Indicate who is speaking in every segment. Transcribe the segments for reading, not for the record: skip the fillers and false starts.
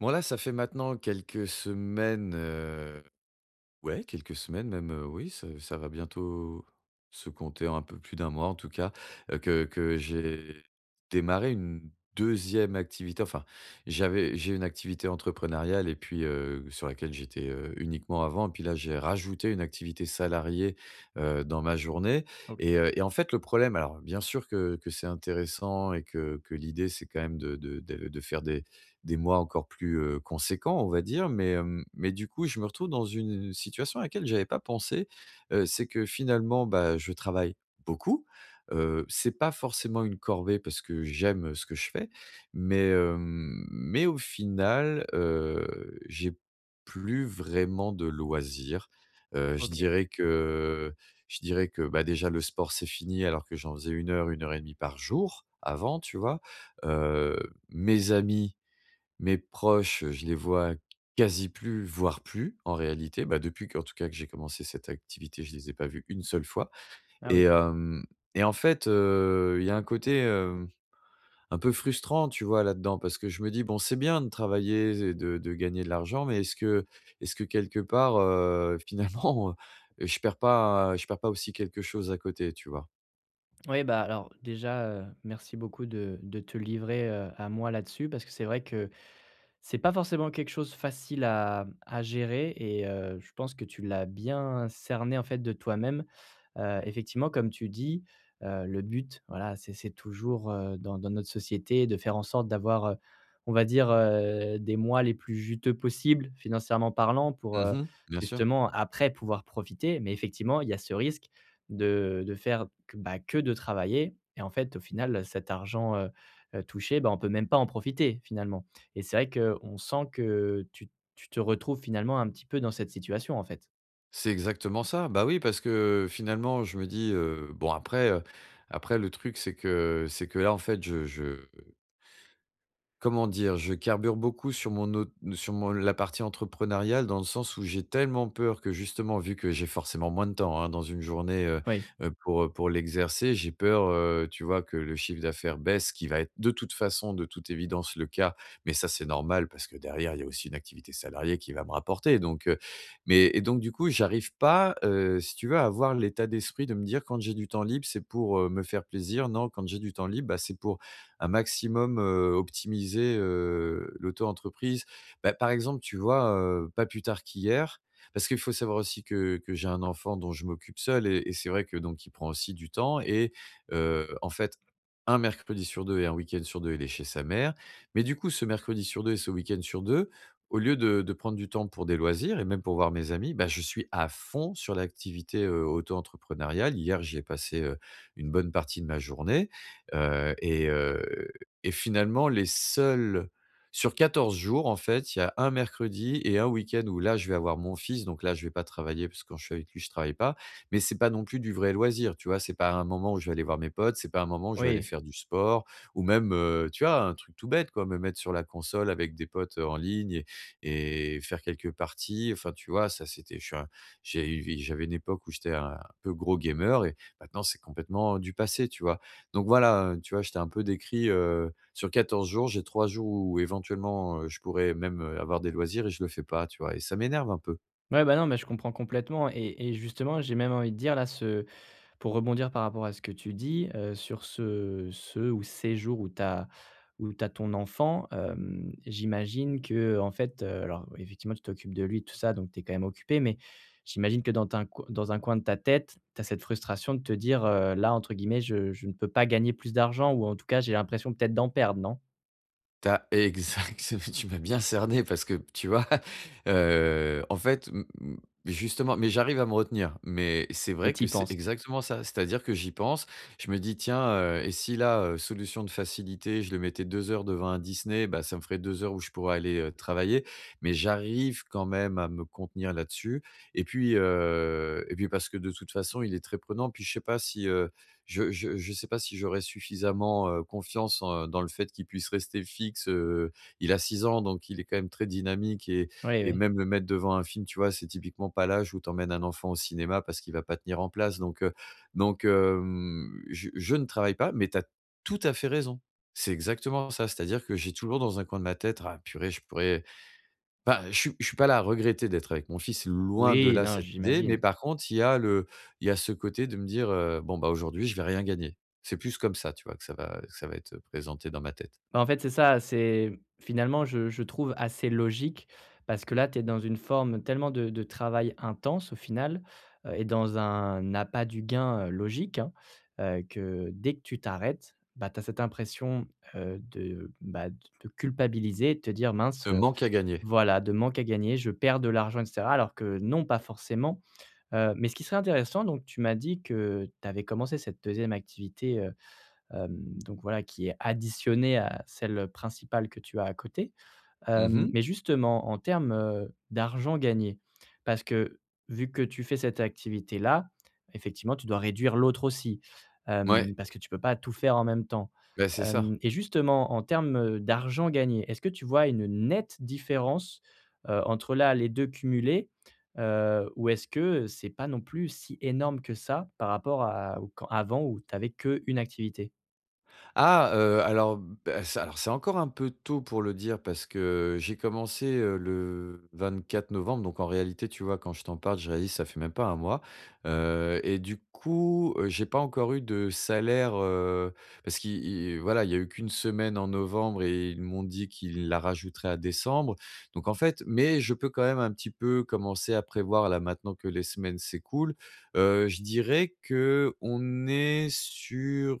Speaker 1: Bon là, ça fait maintenant quelques semaines, ouais, quelques semaines même, oui, ça va bientôt se compter en un peu plus d'un mois en tout cas, que j'ai démarré une deuxième activité. Enfin, j'ai une activité entrepreneuriale et puis, sur laquelle j'étais, uniquement avant. Et puis là, j'ai rajouté une activité salariée, dans ma journée.
Speaker 2: O
Speaker 1: Et en fait, le problème, alors bien sûr que c'est intéressant et que l'idée, c'est quand même de faire des mois encore plus, conséquents, on va dire. Mais du coup, je me retrouve dans une situation à laquelle j'avais pas pensé, c'est que finalement, bah, je travaille beaucoup, c'est pas forcément une corvée parce que j'aime ce que je fais, mais au final, j'ai plus vraiment de loisirs. Heu, je
Speaker 2: OK.
Speaker 1: dirais que je dirais que, bah, déjà le sport, c'est fini alors que j'en faisais une heure et demie par jour avant, tu vois? Heu, Mes amis, mes proches, je les vois quasi plus, voire plus en réalité. Bah, depuis en tout cas que j'ai commencé cette activité, je les ai pas vus une seule fois.
Speaker 2: Ah oui.
Speaker 1: Et hem et en fait, il y a un côté, un peu frustrant, tu vois, là-dedans, parce que je me dis: «Bon, c'est bien de travailler et de gagner de l'argent, mais est-ce que quelque part, finalement, je perds pas aussi quelque chose à côté?» Tu vois?
Speaker 2: Oui, bah, alors déjà, merci beaucoup de te livrer, à moi là-dessus parce que c'est vrai que c'est pas forcément quelque chose facile à gérer et je pense que tu l'as bien cerné, en fait, de toi-même. Effectivement, comme tu dis, le but, voilà, c'est toujours, dans notre société de faire en sorte d'avoir, on va dire, des mois les plus juteux possibles, financièrement parlant, pour,
Speaker 1: Mmh. Bien sûr.
Speaker 2: justement après pouvoir profiter. Mais effectivement, il y a ce risque de faire que, bah, que de travailler et en fait, au final, cet argent, touché, bah, on peut même pas en profiter, finalement. Et c'est vrai qu'on sent que tu te retrouves finalement un petit peu dans cette situation, en fait.
Speaker 1: C'est exactement ça. Bah oui, parce que finalement, je me dis, bon après, après, le truc, c'est que là, en fait, je, comment dire? Je carbure beaucoup sur mon la partie entrepreneuriale, dans le sens où j'ai tellement peur que justement, vu que j'ai forcément moins de temps, hein, dans une journée,
Speaker 2: Oui,
Speaker 1: pour l'exercer, j'ai peur, tu vois, que le chiffre d'affaires baisse, qui va être de toute façon, de toute évidence, le cas. Mais ça, c'est normal, parce que derrière, il y a aussi une activité salariée qui va me rapporter. Et donc du coup, j'arrive pas, si tu veux, à avoir l'état d'esprit de me dire: «Quand j'ai du temps libre, c'est pour, me faire plaisir». Non, quand j'ai du temps libre, bah, c'est pour un maximum, optimiser, l'auto-entreprise. Bah par exemple, tu vois, pas plus tard qu'hier, parce qu'il faut savoir aussi que j'ai un enfant dont je m'occupe seul, et c'est vrai que donc il prend aussi du temps. Heu, en fait, un mercredi sur 2 et un week-end sur 2, il est chez sa mère. Mais du coup, ce mercredi sur 2 et ce week-end sur 2, au lieu de prendre du temps pour des loisirs et même pour voir mes amis, bah, je suis à fond sur l'activité, auto-entrepreneuriale. Hier, j'y ai passé, une bonne partie de ma journée. Heu et heu et finalement, les seuls, sur 14 jours, en fait, il y a un mercredi et un week-end où là, je vais avoir mon fils, donc là, je vais pas travailler, parce que quand je suis avec lui, je travaille pas. Mais c'est pas non plus du vrai loisir, tu vois? C'est pas un moment où je vais aller voir mes potes, c'est pas un moment où je vais aller
Speaker 2: oui.
Speaker 1: faire du sport, ou même, tu vois, un truc tout bête, quoi, me mettre sur la console avec des potes, en ligne, et faire quelques parties. Enfin, tu vois, ça, c'était, je suis un j'avais une époque où j'étais un peu gros gamer, et maintenant, c'est complètement du passé, tu vois? Donc voilà, tu vois, je t'ai un peu décrit, sur 14 jours, j'ai 3 jours où éventuellement, je pourrais même, avoir des loisirs, et je le fais pas, tu vois? Et ça m'énerve un peu.
Speaker 2: Ouais, bah, non, mais je comprends complètement et justement, j'ai même envie de dire là, ce pour rebondir par rapport à ce que tu dis, sur ce ou ces jours où tu as où tu ton enfant, hem, j'imagine que, en fait, alors effectivement, tu t'occupes de lui tout ça, donc tu es quand même occupé, mais j'imagine que dans un coin de ta tête, tu as cette frustration de te dire, «Là, entre guillemets, je ne peux pas gagner plus d'argent» ou en tout cas, j'ai l'impression peut-être d'en perdre, non?
Speaker 1: T'as as exact, tu m'as bien cerné, parce que tu vois? En fait, m m justement, mais j'arrive à me retenir, mais c'est
Speaker 2: Mais
Speaker 1: vrai que
Speaker 2: tu
Speaker 1: c'est
Speaker 2: penses?
Speaker 1: exactement ça. C'est-à-dire que j'y pense, je me dis: «Tiens, et si là, solution de facilité, je le mettais 2 heures devant un Disney, bah, ça me ferait 2 heures où je pourrais aller, travailler». Mais j'arrive quand même à me contenir là-dessus, et puis parce que de toute façon, il est très prenant. Puis je sais pas si, je sais pas si j'aurais suffisamment, confiance en dans le fait qu'il puisse rester fixe, il a 6 ans, donc il est quand même très dynamique,
Speaker 2: Oui,
Speaker 1: et
Speaker 2: oui.
Speaker 1: même le mettre devant un film, tu vois? C'est typiquement pas l'âge où t'emmènes un enfant au cinéma, parce qu'il va pas tenir en place. Je ne travaille pas, mais tu as tout à fait raison. C'est exactement ça, c'est-à-dire que j'ai toujours dans un coin de ma tête: «Ah purée, je pourrais…» Bah, je suis pas là à regretter d'être avec mon fils, loin de
Speaker 2: Oui,
Speaker 1: là
Speaker 2: non,
Speaker 1: cette idée, mais
Speaker 2: j'imagine.
Speaker 1: par contre, il y a le il y a ce côté de me dire, «Bon, bah, aujourd'hui, je vais rien gagner». C'est plus comme ça, tu vois, que ça va être présenté dans ma tête.
Speaker 2: Bah, en fait, c'est ça, c'est finalement, je trouve assez logique parce que là, tu es dans une forme tellement de travail intense au final, et dans un appât du gain, logique, hein, que dès que tu t'arrêtes, bah, tu as cette impression, de, bah, de te culpabiliser de te dire: «Mince,
Speaker 1: De manque à gagner.
Speaker 2: voilà, de manque à gagner, je perds de l'argent» et cetera, alors que non, pas forcément. Mais ce qui serait intéressant, donc tu m'as dit que tu avais commencé cette deuxième activité, hem, donc voilà, qui est additionnée à celle principale que tu as à côté.
Speaker 1: Mmh
Speaker 2: Hem,
Speaker 1: mh.
Speaker 2: mais justement, en termes, d'argent gagné, parce que vu que tu fais cette activité-là, effectivement, tu dois réduire l'autre aussi,
Speaker 1: Ouais,
Speaker 2: hem, parce que tu peux pas tout faire en même temps.
Speaker 1: bah, c'est ça.
Speaker 2: Hem et justement, en termes, d'argent gagné, est-ce que tu vois une nette différence, entre là, les 2 cumulés? Ou est-ce que c'est pas non plus si énorme que ça par rapport à au quand avant où tu avais qu'une activité?
Speaker 1: Ah, alors, bah, c'est encore un peu tôt pour le dire, parce que j'ai commencé, le 4 novembre, donc en réalité, tu vois, quand je t'en parle, je réalise, ça fait même pas un mois, et du coup, j'ai pas encore eu de salaire, parce qu'ils ils voilà, il y a eu qu'une semaine en novembre et ils m'ont dit qu'ils la rajouteraient à décembre. Donc en fait, mais je peux quand même un petit peu commencer à prévoir là maintenant que les semaines s'écoulent. Je dirais que on est sur…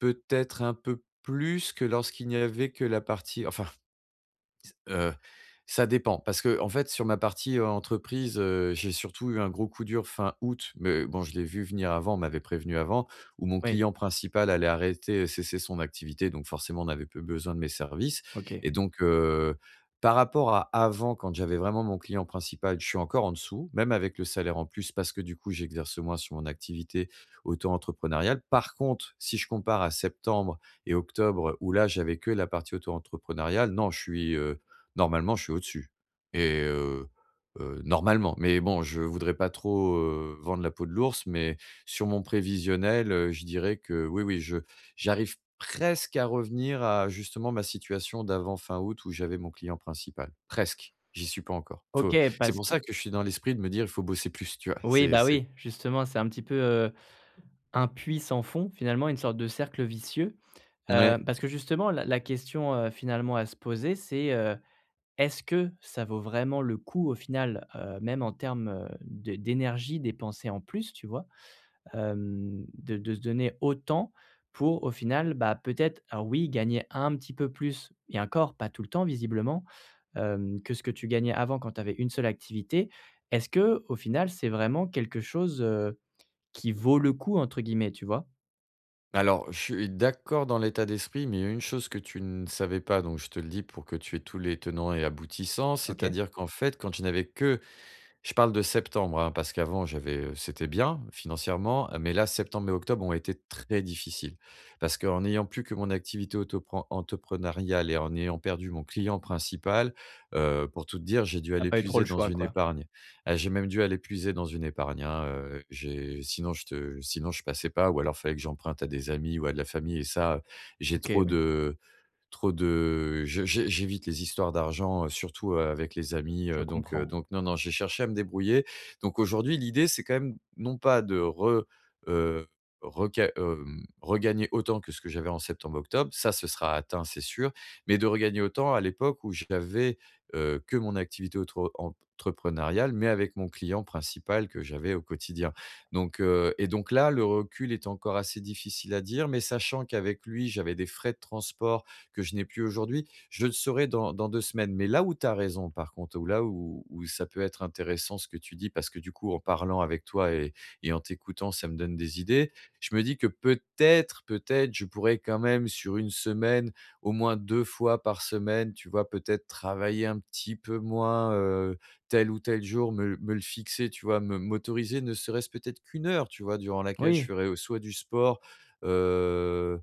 Speaker 1: peut-être un peu plus que lorsqu'il n'y avait que la partie, enfin, heu, ça dépend, parce que en fait, sur ma partie, entreprise, j'ai surtout eu un gros coup dur fin août, mais bon, je l'ai vu venir avant, on m'avait prévenu avant, où mon
Speaker 2: Oui,
Speaker 1: client principal allait arrêter, cesser son activité, donc forcément, on avait peu besoin de mes services,
Speaker 2: OK.
Speaker 1: et donc heu, par rapport à avant, quand j'avais vraiment mon client principal, je suis encore en dessous, même avec le salaire en plus, parce que du coup, j'exerce moins sur mon activité auto-entrepreneuriale. Par contre, si je compare à septembre et octobre, où là, j'avais que la partie auto-entrepreneuriale, non, je suis, normalement, je suis au-dessus. et heu Normalement, mais bon, je voudrais pas trop, vendre la peau de l'ours, mais sur mon prévisionnel, je dirais que oui, oui, je j'arrive presque à revenir à justement ma situation d'avant fin août, où j'avais mon client principal. Presque, j'y suis pas encore. Faut
Speaker 2: OK,
Speaker 1: C'est
Speaker 2: parce
Speaker 1: pour
Speaker 2: que
Speaker 1: ça que je suis dans l'esprit de me dire: «Il faut bosser plus», tu vois?
Speaker 2: oui, bah,
Speaker 1: C'est
Speaker 2: oui, justement, c'est un petit peu, un puits sans fond, finalement, une sorte de cercle vicieux.
Speaker 1: Ouais.
Speaker 2: Parce que justement, la question, finalement à se poser, c'est, est-ce que ça vaut vraiment le coup au final, même en termes, de d'énergie dépensée en plus, tu vois? Hem, de se donner autant pour au final, bah, peut-être, alors oui, gagner un petit peu plus et encore pas tout le temps visiblement, hem, que ce que tu gagnais avant quand tu avais une seule activité. Est-ce que au final, c'est vraiment quelque chose, qui «vaut le coup» entre guillemets, tu vois?
Speaker 1: Alors, je suis d'accord dans l'état d'esprit, mais il y a une chose que tu ne savais pas, donc je te le dis pour que tu aies tous les tenants et aboutissants,
Speaker 2: OK.
Speaker 1: c'est-à-dire qu'en fait, quand je n'avais que… je parle de septembre, hein, parce qu'avant j'avais, c'était bien financièrement, mais là, septembre et octobre ont été très difficiles. Parce qu'en n'ayant plus que mon activité autopren entrepreneuriale et en ayant perdu mon client principal, pour tout te dire, j'ai dû
Speaker 2: T'as
Speaker 1: aller
Speaker 2: pas eu trop
Speaker 1: puiser
Speaker 2: le
Speaker 1: dans
Speaker 2: choix
Speaker 1: une
Speaker 2: quoi.
Speaker 1: épargne. Ah, j'ai même dû aller puiser dans une épargne, hein, j'ai sinon je te sinon je passais pas, ou alors fallait que j'emprunte à des amis ou à de la famille, et ça, j'ai
Speaker 2: OK,
Speaker 1: trop
Speaker 2: oui,
Speaker 1: de… Trop de je j'é j'évite les histoires d'argent, surtout, avec les amis,
Speaker 2: je comprends.
Speaker 1: donc non, non, j'ai cherché à me débrouiller. Donc aujourd'hui, l'idée, c'est quand même non pas de heu, regagner autant que ce que j'avais en septembre-octobre, ça, ce sera atteint, c'est sûr, mais de regagner autant à l'époque où j'avais, que mon activité autre entrepreneuriale, mais avec mon client principal que j'avais au quotidien. Donc là, le recul est encore assez difficile à dire, mais sachant qu'avec lui, j'avais des frais de transport que je n'ai plus aujourd'hui. Je le saurai dans 2 semaines. Mais là où tu as raison par contre, ou là où ça peut être intéressant ce que tu dis, parce que du coup, en parlant avec toi et en t'écoutant, ça me donne des idées. Je me dis que peut-être, je pourrais quand même sur une semaine, au moins 2 fois par semaine, tu vois? Peut-être travailler un petit peu moins, tel ou tel jour, me le fixer, tu vois? Me m'autoriser ne serait-ce peut-être qu'une heure, tu vois? Durant laquelle je
Speaker 2: Oui,
Speaker 1: ferais, soit du sport, euh,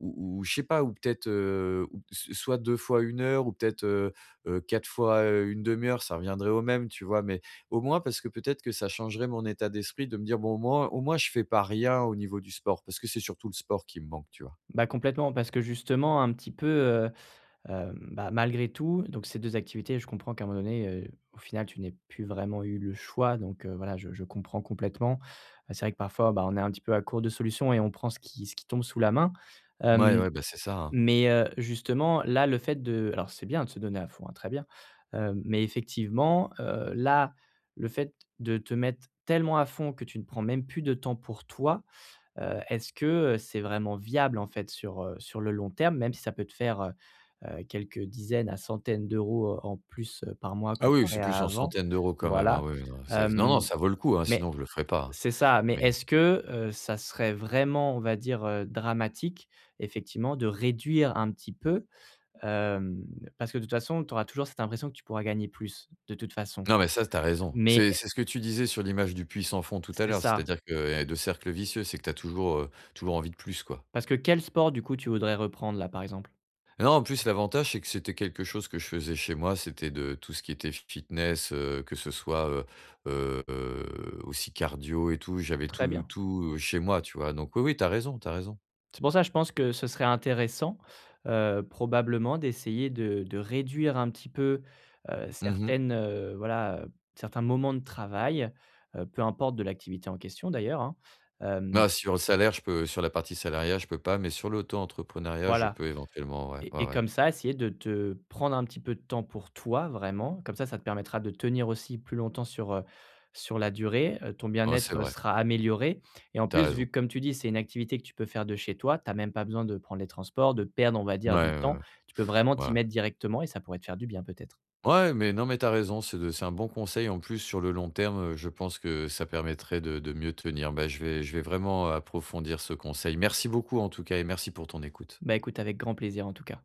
Speaker 1: ou je sais pas, ou peut-être, ou s soit 2 fois 1 heure, ou peut-être, 4 fois, une demi heure, ça reviendrait au même, tu vois? Mais au moins, parce que peut-être que ça changerait mon état d'esprit de me dire: «Bon, au moins je fais pas rien au niveau du sport», parce que c'est surtout le sport qui me manque, tu vois?
Speaker 2: bah, complètement parce que justement un petit peu, Hem, bah, malgré tout, donc ces 2 activités, je comprends qu'à un moment donné, au final, tu n'aies plus vraiment eu le choix, donc voilà, je comprends complètement. C'est vrai que parfois, bah, on est un petit peu à court de solutions et on prend ce qui tombe sous la main. Hem,
Speaker 1: Ouais, ouais, bah, c'est ça, hein.
Speaker 2: mais justement, là, le fait de alors c'est bien de se donner à fond, hein, très bien. Mais effectivement, là, le fait de te mettre tellement à fond que tu ne prends même plus de temps pour toi. Heu, Est-ce que c'est vraiment viable, en fait, sur, sur le long terme, même si ça peut te faire, quelques dizaines à centaines d'euros en plus par mois
Speaker 1: Ah oui, c'est
Speaker 2: comparé à
Speaker 1: plus en
Speaker 2: avant?
Speaker 1: centaines d'euros quand même, hein,
Speaker 2: Voilà,
Speaker 1: oui, oui, non, c'est… non, non,
Speaker 2: hem,
Speaker 1: ça vaut le coup, hein,
Speaker 2: mais
Speaker 1: sinon je le ferais pas, hein.
Speaker 2: c'est ça, mais
Speaker 1: Mais
Speaker 2: est-ce que, ça serait vraiment, on va dire, dramatique, effectivement, de réduire un petit peu? Hem, parce que de toute façon, tu auras toujours cette impression que tu pourras gagner plus, de toute façon.
Speaker 1: non, mais ça, t'as raison.
Speaker 2: Mais
Speaker 1: C'est ce que tu disais sur l'image du puits sans fond tout à
Speaker 2: c'est
Speaker 1: l'heure,
Speaker 2: ça.
Speaker 1: c'est-à-dire que, et de cercle vicieux, c'est que t'as toujours, toujours envie de plus, quoi.
Speaker 2: Parce que quel sport, du coup, tu voudrais reprendre, là, par exemple?
Speaker 1: Non, en plus, l'avantage, c'est que c'était quelque chose que je faisais chez moi. C'était de tout ce qui était fitness, que ce soit, aussi cardio et tout. J'avais
Speaker 2: Très bien.
Speaker 1: tout chez moi, tu vois? Donc oui, oui, t'as raison, t'as raison.
Speaker 2: C'est pour ça, je pense que ce serait intéressant, probablement d'essayer de réduire un petit peu,
Speaker 1: Mmh.
Speaker 2: certaines, voilà, certains moments de travail, peu importe de l'activité en question d'ailleurs, hein. Hem,
Speaker 1: Ah, sur la partie salariat, je peux pas, mais sur l'auto-entrepreneuriat, je
Speaker 2: voilà.
Speaker 1: peux éventuellement, ouais, ouais,
Speaker 2: Et
Speaker 1: ouais.
Speaker 2: comme ça, essayer de te prendre un petit peu de temps pour toi vraiment. Comme ça te permettra de tenir aussi plus longtemps sur, sur la durée, ton
Speaker 1: Ouais, c'est
Speaker 2: bien-être,
Speaker 1: vrai.
Speaker 2: sera amélioré et en
Speaker 1: T'as
Speaker 2: plus,
Speaker 1: raison.
Speaker 2: vu que comme tu dis, c'est une activité que tu peux faire de chez toi, tu as même pas besoin de prendre les transports, de perdre, on va
Speaker 1: Ouais,
Speaker 2: dire, du
Speaker 1: ouais,
Speaker 2: temps. Tu peux vraiment
Speaker 1: ouais.
Speaker 2: t'y
Speaker 1: Ouais.
Speaker 2: mettre directement et ça pourrait te faire du bien peut-être.
Speaker 1: Ouais, mais non, mais t'as raison, c'est un bon conseil. En plus, sur le long terme, je pense que ça permettrait de mieux tenir. Bah, je vais vraiment approfondir ce conseil. Merci beaucoup en tout cas, et merci pour ton écoute.
Speaker 2: Bah, écoute avec grand plaisir en tout cas.